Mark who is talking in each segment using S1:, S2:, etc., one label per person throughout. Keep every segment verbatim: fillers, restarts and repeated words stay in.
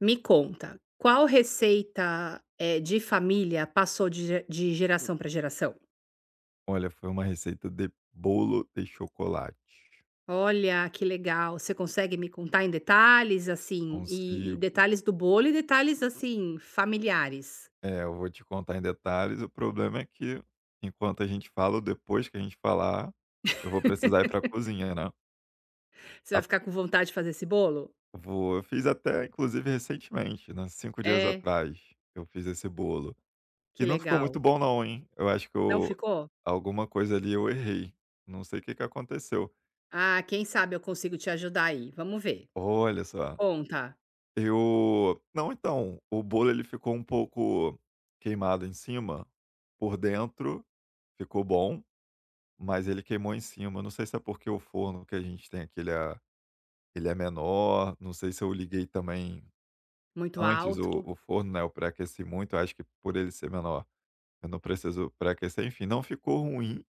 S1: Me conta, qual receita, eh, de família passou de ge de geração para geração?
S2: Olha, foi uma receita de bolo de chocolate.
S1: Olha, que legal. Você consegue me contar em detalhes, assim, e e
S2: Consigo.
S1: detalhes do bolo e detalhes, assim, familiares?
S2: É, eu vou te contar em detalhes. O problema é que enquanto a gente fala ou depois que a gente falar, eu vou precisar ir para a cozinha, né.
S1: Você vai
S2: A
S1: ficar com vontade de fazer esse bolo?
S2: vou eu fiz até inclusive recentemente, né, cinco dias
S1: É?
S2: atrás, eu fiz esse bolo. E
S1: Que
S2: não ficou muito
S1: legal.
S2: bom não, hein. Eu acho que
S1: Não
S2: eu
S1: ficou?
S2: alguma coisa ali eu errei, não sei o que que aconteceu.
S1: Ah, quem sabe eu consigo te ajudar aí, vamos ver.
S2: Olha só.
S1: Conta.
S2: Eu não, então, o bolo ele ficou um pouco queimado em cima, por dentro ficou bom, mas ele queimou em cima. Eu não sei se é porque o forno que a gente tem aqui ele é ele é menor, não sei se eu liguei também
S1: Muito
S2: antes o
S1: alto,
S2: o forno, né, eu pré-aqueci muito. Eu acho que por ele ser menor, eu não preciso pré-aquecer, enfim, não ficou ruim,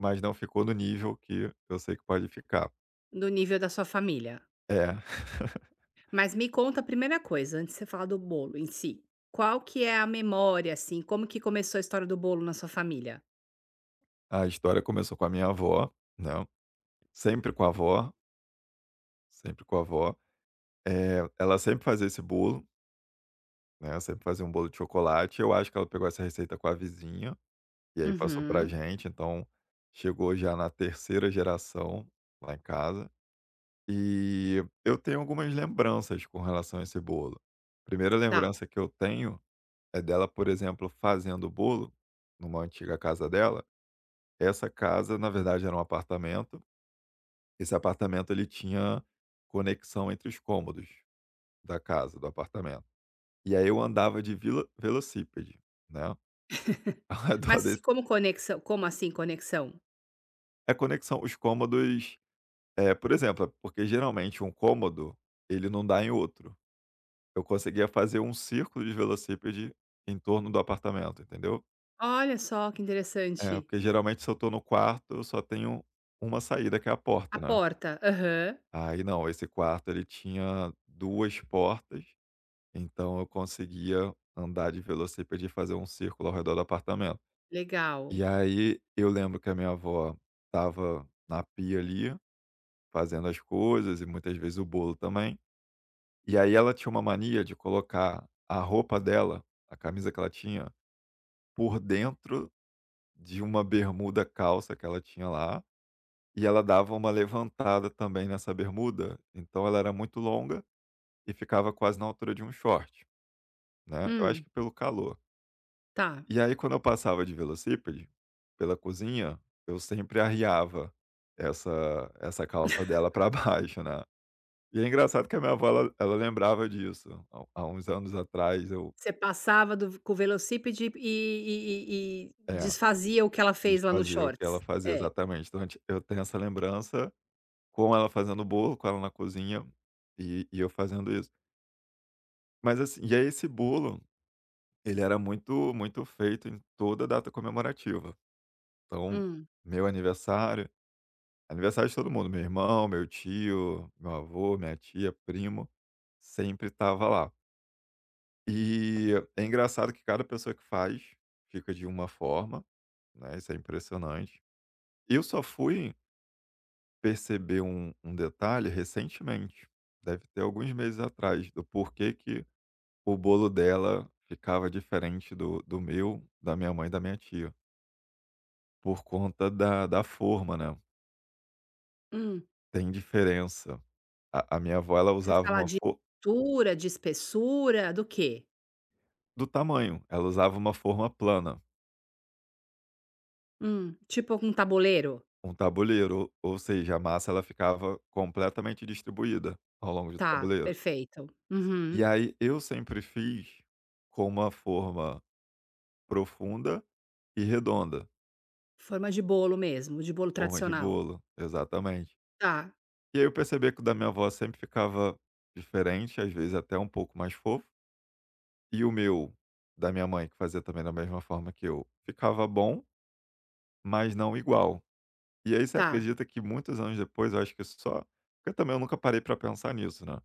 S2: mas não ficou no nível que eu sei que pode ficar.
S1: no nível da sua família.
S2: É.
S1: Mas me conta a primeira coisa, antes de você falar do bolo em si, qual que é a memória, assim, como que começou a história do bolo na sua família?
S2: A história começou com a minha avó, né, sempre com a avó, sempre com a avó. Eh, ela sempre fazia esse bolo, né, ela sempre fazia um bolo de chocolate. Eu acho que ela pegou essa receita com a vizinha, e aí passou pra
S1: Uhum,
S2: gente, então chegou já na terceira geração lá em casa. E eu tenho algumas lembranças com relação a esse bolo. Primeira
S1: tá.
S2: lembrança que eu tenho é dela, por exemplo, fazendo o bolo numa antiga casa dela. Essa casa, na verdade, era um apartamento. Esse apartamento ele tinha conexão entre os cômodos da casa, do apartamento. E aí eu andava de vilo velocípede, né, ao redor
S1: Mas se-
S2: desse.
S1: como conexão, como assim conexão?
S2: É conexão, os cômodos, eh, por exemplo, porque geralmente um cômodo, ele não dá em outro. Eu conseguia fazer um círculo de velocípede em torno do apartamento, entendeu.
S1: Olha só que
S2: É,
S1: interessante.
S2: porque geralmente se eu estou no quarto, eu só tenho uma saída que é a
S1: A
S2: porta, né.
S1: porta, aham,
S2: Aí não, esse quarto ele tinha duas portas, então eu conseguia andar de velocípede e fazer um círculo ao redor do apartamento.
S1: legal.
S2: E aí eu lembro que a minha avó estava na pia ali, fazendo as coisas e muitas vezes o bolo também. E aí ela tinha uma mania de colocar a roupa dela, a camisa que ela tinha, por dentro de uma bermuda calça que ela tinha lá. E ela dava uma levantada também nessa bermuda. Então ela era muito longa e ficava quase na altura de um short, né? Eu acho
S1: Hum,
S2: que pelo calor.
S1: tá.
S2: E aí, quando eu passava de velocípede pela cozinha, eu sempre arriava essa essa calça dela para baixo, né. E é engraçado que a minha avó, ela ela lembrava disso. Há há uns anos atrás eu
S1: Você passava do com o velocípede e e e e
S2: é,
S1: desfazia o que ela fez lá no
S2: desfazia o que ela
S1: shorts.
S2: fazia,
S1: É.
S2: exatamente. Então a gente eu tenho essa lembrança com ela fazendo bolo, com ela na cozinha e e eu fazendo isso. Mas assim, e aí esse bolo, ele era muito muito feito em toda data comemorativa. Então,
S1: Hum,
S2: meu aniversário aniversário de todo mundo, meu irmão, meu tio, meu avô, minha tia, primo, sempre tava lá. E é engraçado que cada pessoa que faz fica de uma forma, né? Isso é impressionante. Eu só fui perceber um, um detalhe recentemente, deve ter alguns meses atrás, do porquê que o bolo dela ficava diferente do, do meu, da minha mãe e da minha tia, por conta da, da forma, né?
S1: hum.
S2: Tem diferença. A, a minha avó, ela
S1: Você
S2: usava
S1: fala
S2: uma
S1: de
S2: forma
S1: altura, de espessura, do quê?
S2: do tamanho. Ela usava uma forma plana,
S1: Hum, tipo um tabuleiro?
S2: um tabuleiro, ou seja, a massa ela ficava completamente distribuída ao longo do
S1: Tá,
S2: tabuleiro.
S1: perfeito.
S2: E
S1: Uhum.
S2: aí eu sempre fiz com uma forma profunda e redonda,
S1: Forma de bolo mesmo, de bolo
S2: forma de
S1: tradicional.
S2: bolo, exatamente.
S1: Tá,
S2: E aí eu percebi que o da minha avó sempre ficava diferente, às vezes até um pouco mais fofo, e o meu, da minha mãe, que fazia também da mesma forma que eu, ficava bom, mas não igual. E aí você
S1: tá.
S2: acredita que muitos anos depois, eu acho que só porque também eu nunca parei para pensar nisso, né.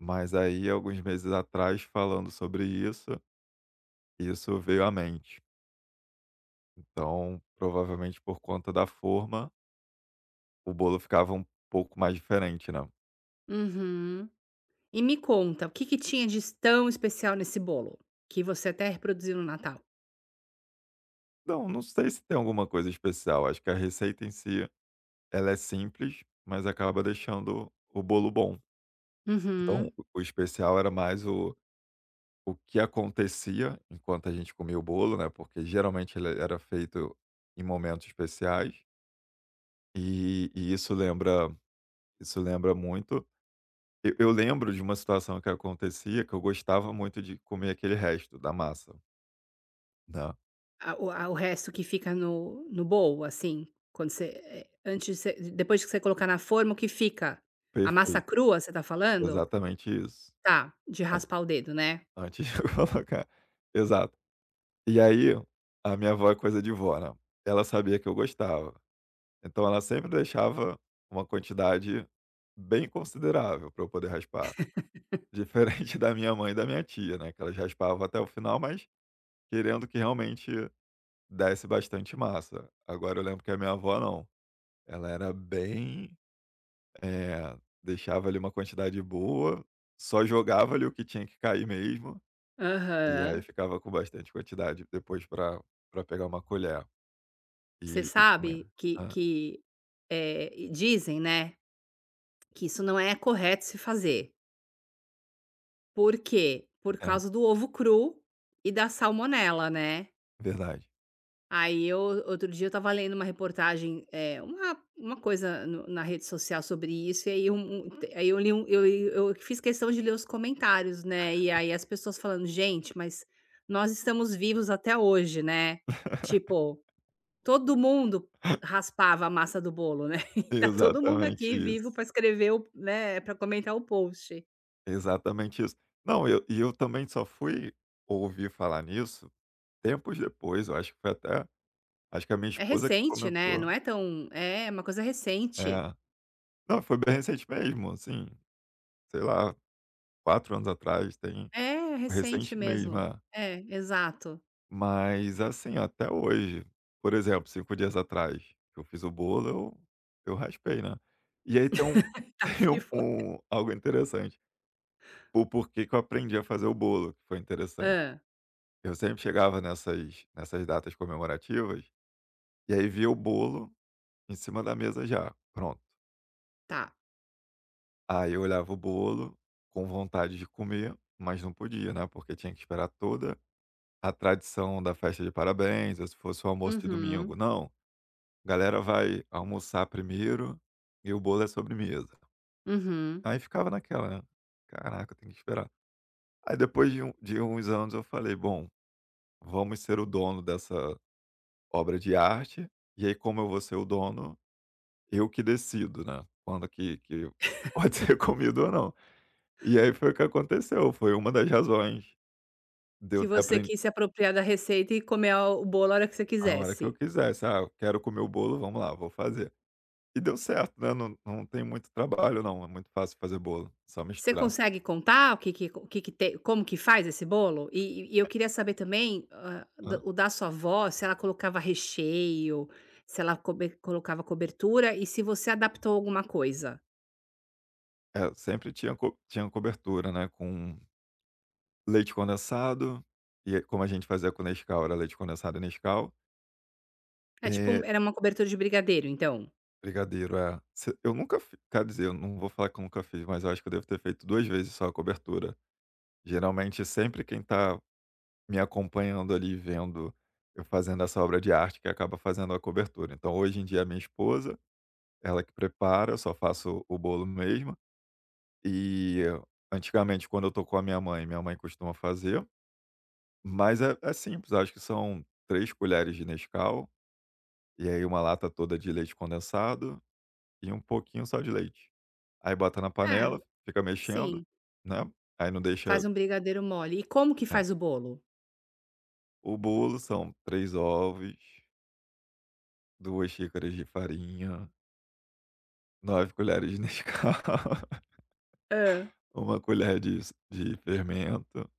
S2: Mas aí alguns meses atrás, falando sobre isso, isso veio à mente. Então, provavelmente por conta da forma, o bolo ficava um pouco mais diferente, né.
S1: Uhum. E me conta, o que que tinha de tão especial nesse bolo, que você até reproduziu no Natal?
S2: Não, não sei se tem alguma coisa especial, acho que a receita em si, ela é simples, mas acaba deixando o bolo bom. Então
S1: Uhum.
S2: o o especial era mais o o que acontecia enquanto a gente comia o bolo, né? Porque geralmente ele era feito em momentos especiais e, e isso lembra, isso lembra muito. Eu, eu lembro de uma situação que acontecia que eu gostava muito de comer aquele resto da massa, né?
S1: A o a o resto que fica no no bowl, assim, quando você, eh, antes de você depois que você colocar na forma, o que fica? A massa
S2: Perfeito,
S1: crua, você tá falando?
S2: exatamente isso.
S1: Tá, de
S2: An-
S1: raspar o dedo, né?
S2: Antes de eu colocar, exato. E aí a minha avó é coisa de vó, né? Ela sabia que eu gostava, então ela sempre deixava uma quantidade bem considerável para eu poder raspar. Diferente da minha mãe e da minha tia, né, que elas raspavam até o final, mas querendo que realmente desse bastante massa. Agora eu lembro que a minha avó não, ela era bem, eh, deixava ali uma quantidade boa, só jogava ali o que tinha que cair mesmo, e aí
S1: Aham.
S2: ficava com bastante quantidade depois para pra pegar uma colher
S1: Você
S2: e e comer.
S1: sabe que
S2: Hã,
S1: que, eh, dizem, né, que isso não é correto se fazer. Por quê? Por
S2: é,
S1: causa do ovo cru e da salmonela, né.
S2: verdade.
S1: Aí eu outro dia eu estava lendo uma reportagem, eh, uma uma coisa no na rede social sobre isso, e aí um um te- aí eu li um eu eu fiz questão de ler os comentários, né, e aí as pessoas falando: "Gente, mas nós estamos vivos até hoje, né". Tipo, todo mundo raspava a massa do bolo, né, e tá todo mundo
S2: Exatamente
S1: aqui vivo
S2: isso,
S1: para escrever o né, para comentar o post.
S2: exatamente isso. Não, eu e eu também só fui ouvir falar nisso tempos depois. Eu acho que foi até acho que a minha
S1: É
S2: esposa que
S1: recente, né,
S2: comentou.
S1: não é tão é uma coisa recente.
S2: É. Não, foi bem recente mesmo, assim, sei lá, quatro anos atrás, tem
S1: É, é recente
S2: recente mesmo,
S1: mesmo.
S2: é.
S1: É, exato.
S2: Mas assim, até hoje, por exemplo, cinco dias atrás que eu fiz o bolo, eu eu raspei, né. E aí tem um
S1: Tá
S2: tem um
S1: vivo.
S2: um algo interessante, o porquê que eu aprendi a fazer o bolo, que foi interessante.
S1: Ah,
S2: Eu sempre chegava nessas nessas datas comemorativas, e aí via o bolo em cima da mesa já, pronto.
S1: tá.
S2: Aí eu olhava o bolo com vontade de comer, mas não podia, né, porque tinha que esperar toda a tradição da festa de parabéns, ou se fosse o almoço de domingo.
S1: Uhum,
S2: Não, a galera vai almoçar primeiro e o bolo é sobremesa.
S1: uhum.
S2: Aí ficava naquela, né, "Caraca, tem que esperar". Aí depois de um de uns anos eu falei: "Bom, vamos ser o dono dessa obra de arte, e aí como eu vou ser o dono, eu que decido, né, quando que que pode ser comido ou não". E aí foi o que aconteceu, foi uma das razões de
S1: Que
S2: eu ter
S1: você
S2: aprendido
S1: quis se apropriar da receita e comer a o bolo a hora que você
S2: na hora que eu
S1: quisesse.
S2: quisesse. "Ah, eu quero comer o bolo, vamos lá, vou fazer". E deu certo, né, não não tem muito trabalho não, é muito fácil fazer bolo, só
S1: Você
S2: misturar.
S1: consegue contar o que que o que que tem como que faz esse bolo? E e e eu queria saber também, hã, da
S2: Hã.
S1: o da sua avó, se ela colocava recheio, se ela cobe colocava cobertura e se você adaptou alguma coisa.
S2: É, sempre tinha co tinha cobertura, né, com leite condensado, e aí como a gente fazia com Nescau, era leite condensado e Nescau.
S1: É tipo um,
S2: Eh,
S1: era uma cobertura de brigadeiro, então?
S2: Brigadeiro, é. Se eu nunca fi quer dizer, eu não vou falar que eu nunca fiz, mas eu acho que eu devo ter feito duas vezes só a cobertura. Geralmente sempre quem tá me acompanhando ali, vendo eu fazendo essa obra de arte que acaba fazendo a cobertura. Então, hoje em dia, a minha esposa, ela que prepara, eu só faço o bolo mesmo. E antigamente, quando eu tô com a minha mãe, minha mãe costuma fazer. Mas é, é simples, acho que são três colheres de Nescau, e aí uma lata toda de leite condensado e um pouquinho só de leite. Aí bota na
S1: Ah,
S2: panela, fica mexendo,
S1: sim.
S2: né? Aí não deixa.
S1: Faz um brigadeiro mole. E como que
S2: É.
S1: faz o bolo?
S2: O bolo são três ovos, duas xícaras de farinha, nove colheres de Nescau,
S1: Ah.
S2: uma colher de s de fermento,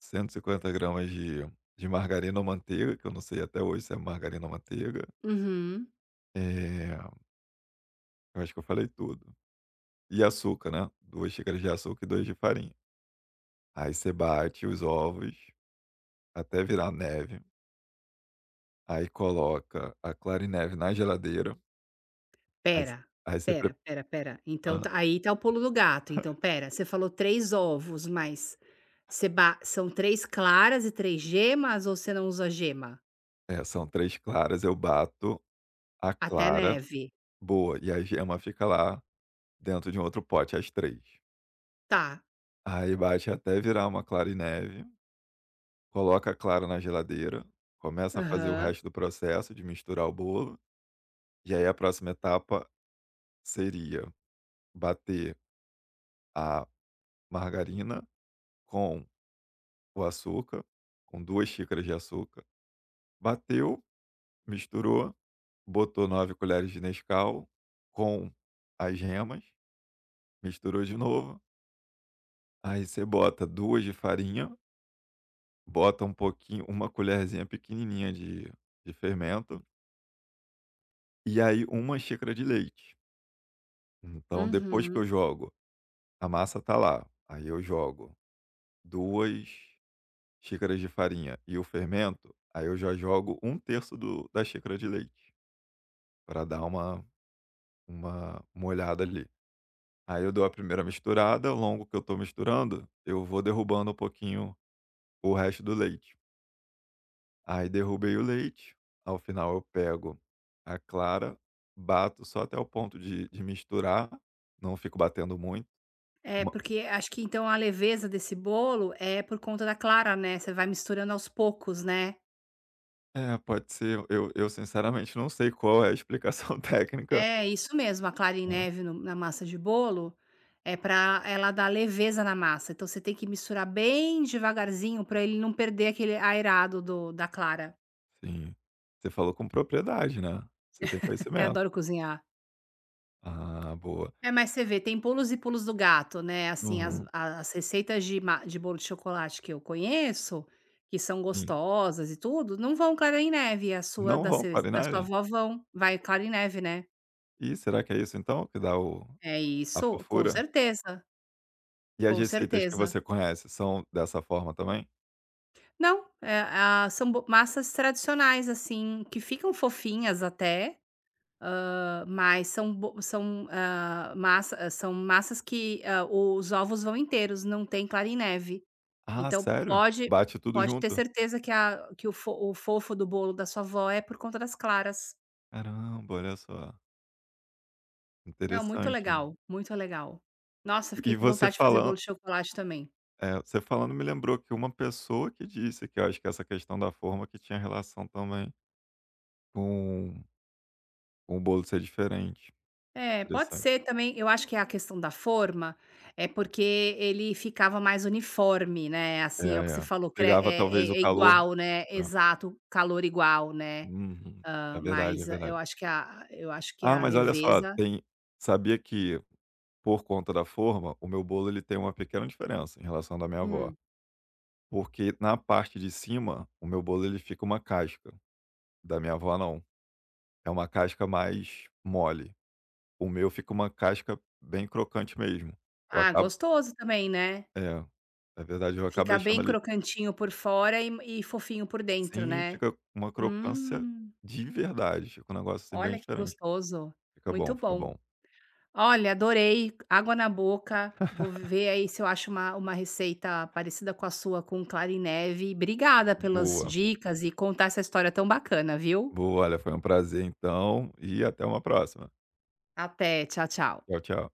S2: cento e cinquenta gramas de de margarina ou manteiga, que eu não sei até hoje se é margarina ou manteiga.
S1: Uhum.
S2: Eh, eu acho que eu falei tudo. E açúcar, né, duas xícaras de açúcar e duas de farinha. Aí você bate os ovos até virar neve, aí coloca a clara em neve na geladeira. Aí v
S1: pera,
S2: aí você pre
S1: pera, pera. espera. Então
S2: hã.
S1: tá, aí tá o pulo do gato. Então pera. Você falou três ovos, mas você ba são três claras e três gemas ou você não usa gema?
S2: É, são três claras, eu bato a
S1: Até
S2: clara
S1: neve.
S2: boa, e a gema fica lá dentro de um outro pote, as três.
S1: Tá.
S2: Aí bate até virar uma clara em neve, coloca a clara na geladeira, começa a fazer o
S1: Aham.
S2: resto do processo de misturar o bolo, e aí a próxima etapa seria bater a margarina com o açúcar, com duas xícaras de açúcar. Bateu, misturou, botou nove colheres de Nescau com as gemas, misturou de novo, aí você bota duas de farinha, bota um pouquinho, uma colherzinha pequenininha de de fermento, e aí uma xícara de leite. Então, depois que eu
S1: Uhum.
S2: jogo a massa tá lá, aí eu jogo duas xícaras de farinha e o fermento, aí eu já jogo um terço do da xícara de leite, para dar uma uma molhada ali. Aí eu dou a primeira misturada, ao longo que eu tô misturando, eu vou derrubando um pouquinho o resto do leite. Aí derrubei o leite, ao final eu pego a clara, bato só até o ponto de de misturar, não fico batendo muito.
S1: É,
S2: Uma
S1: porque acho que então a leveza desse bolo é por conta da clara, né, você vai misturando aos poucos, né?
S2: é, Pode ser, eu eu sinceramente não sei qual é a explicação técnica,
S1: É, isso mesmo, a clara em
S2: né.
S1: neve no na massa de bolo é para ela dar leveza na massa, então você tem que misturar bem devagarzinho para ele não perder aquele aerado do da clara.
S2: Sim. Você falou com propriedade, né, você tem
S1: Eu
S2: conhecimento.
S1: adoro cozinhar.
S2: Ah, boa.
S1: É, mas você vê, tem pulos e pulos do gato, né, assim, as
S2: Uhum,
S1: a- as receitas de ma de bolo de chocolate que eu conheço, que são
S2: sim.
S1: gostosas e tudo, não vão clara em neve. A sua,
S2: Não
S1: da
S2: vão
S1: se da sua
S2: clarinagem.
S1: avó, vão. Vai clara em neve, né.
S2: Ih, será que é isso então que dá o
S1: É
S2: a
S1: isso, com
S2: fofura?
S1: certeza,
S2: E as
S1: com
S2: receitas que
S1: certeza.
S2: você conhece são dessa forma também?
S1: Não, eh, ah, são bo massas tradicionais, assim, que ficam fofinhas até, hã, mas são bo são, hã, massa ah, são massas que, hã, os ovos vão inteiros, não tem clara em neve.
S2: Ah,
S1: Então
S2: sério?
S1: pode,
S2: Bate tudo
S1: pode ter
S2: junto?
S1: certeza que a que o fo o fofo do bolo da sua avó é por conta das claras.
S2: Caramba, olha só,
S1: Não, muito
S2: interessante,
S1: legal,
S2: hein.
S1: muito legal. Nossa,
S2: E
S1: fiquei
S2: e
S1: com
S2: você
S1: vontade de fazer bolo
S2: falando
S1: de chocolate também.
S2: é, você falando me lembrou que uma pessoa que disse que eu acho que essa questão da forma que tinha relação também com com o bolo ser diferente.
S1: É, pode
S2: Interessante.
S1: ser também. Eu acho que é a questão da forma, é porque ele ficava mais uniforme, né,
S2: É,
S1: assim, é o que você
S2: é.
S1: falou, cre é
S2: Pegava talvez
S1: é
S2: o
S1: é
S2: calor,
S1: igual, né,
S2: né.
S1: exato, calor igual, né.
S2: Uhum. É
S1: Hã,
S2: verdade, é
S1: mas eu
S2: verdade.
S1: acho que a eu acho que
S2: Ah,
S1: a
S2: mas olha só,
S1: leveza,
S2: tem sabia que por conta da forma, o meu bolo ele tem uma pequena diferença em relação ao da minha avó,
S1: hum.
S2: porque na parte de cima, o meu bolo ele fica uma casca, da minha avó não. É uma casca mais mole. O meu fica uma casca bem crocante mesmo. Eu
S1: Ah,
S2: acabo
S1: gostoso também, né.
S2: é, na verdade, eu acabo
S1: Fica
S2: deixando
S1: bem
S2: ali,
S1: crocantinho por fora e e fofinho por dentro,
S2: sim,
S1: né.
S2: fica uma crocância
S1: Hum,
S2: de verdade, fica um negócio, assim, bem
S1: olha que
S2: diferente.
S1: gostoso,
S2: Fica
S1: muito
S2: bom, fica
S1: bom.
S2: bom.
S1: Olha, adorei, água na boca. Vou ver aí se eu acho uma uma receita parecida com a sua, com clara. Obrigada pelas
S2: Boa,
S1: dicas e contar essa história tão bacana, viu.
S2: boa. Olha, foi um prazer então e até uma próxima.
S1: Até, tchau, tchau.
S2: Tchau, tchau.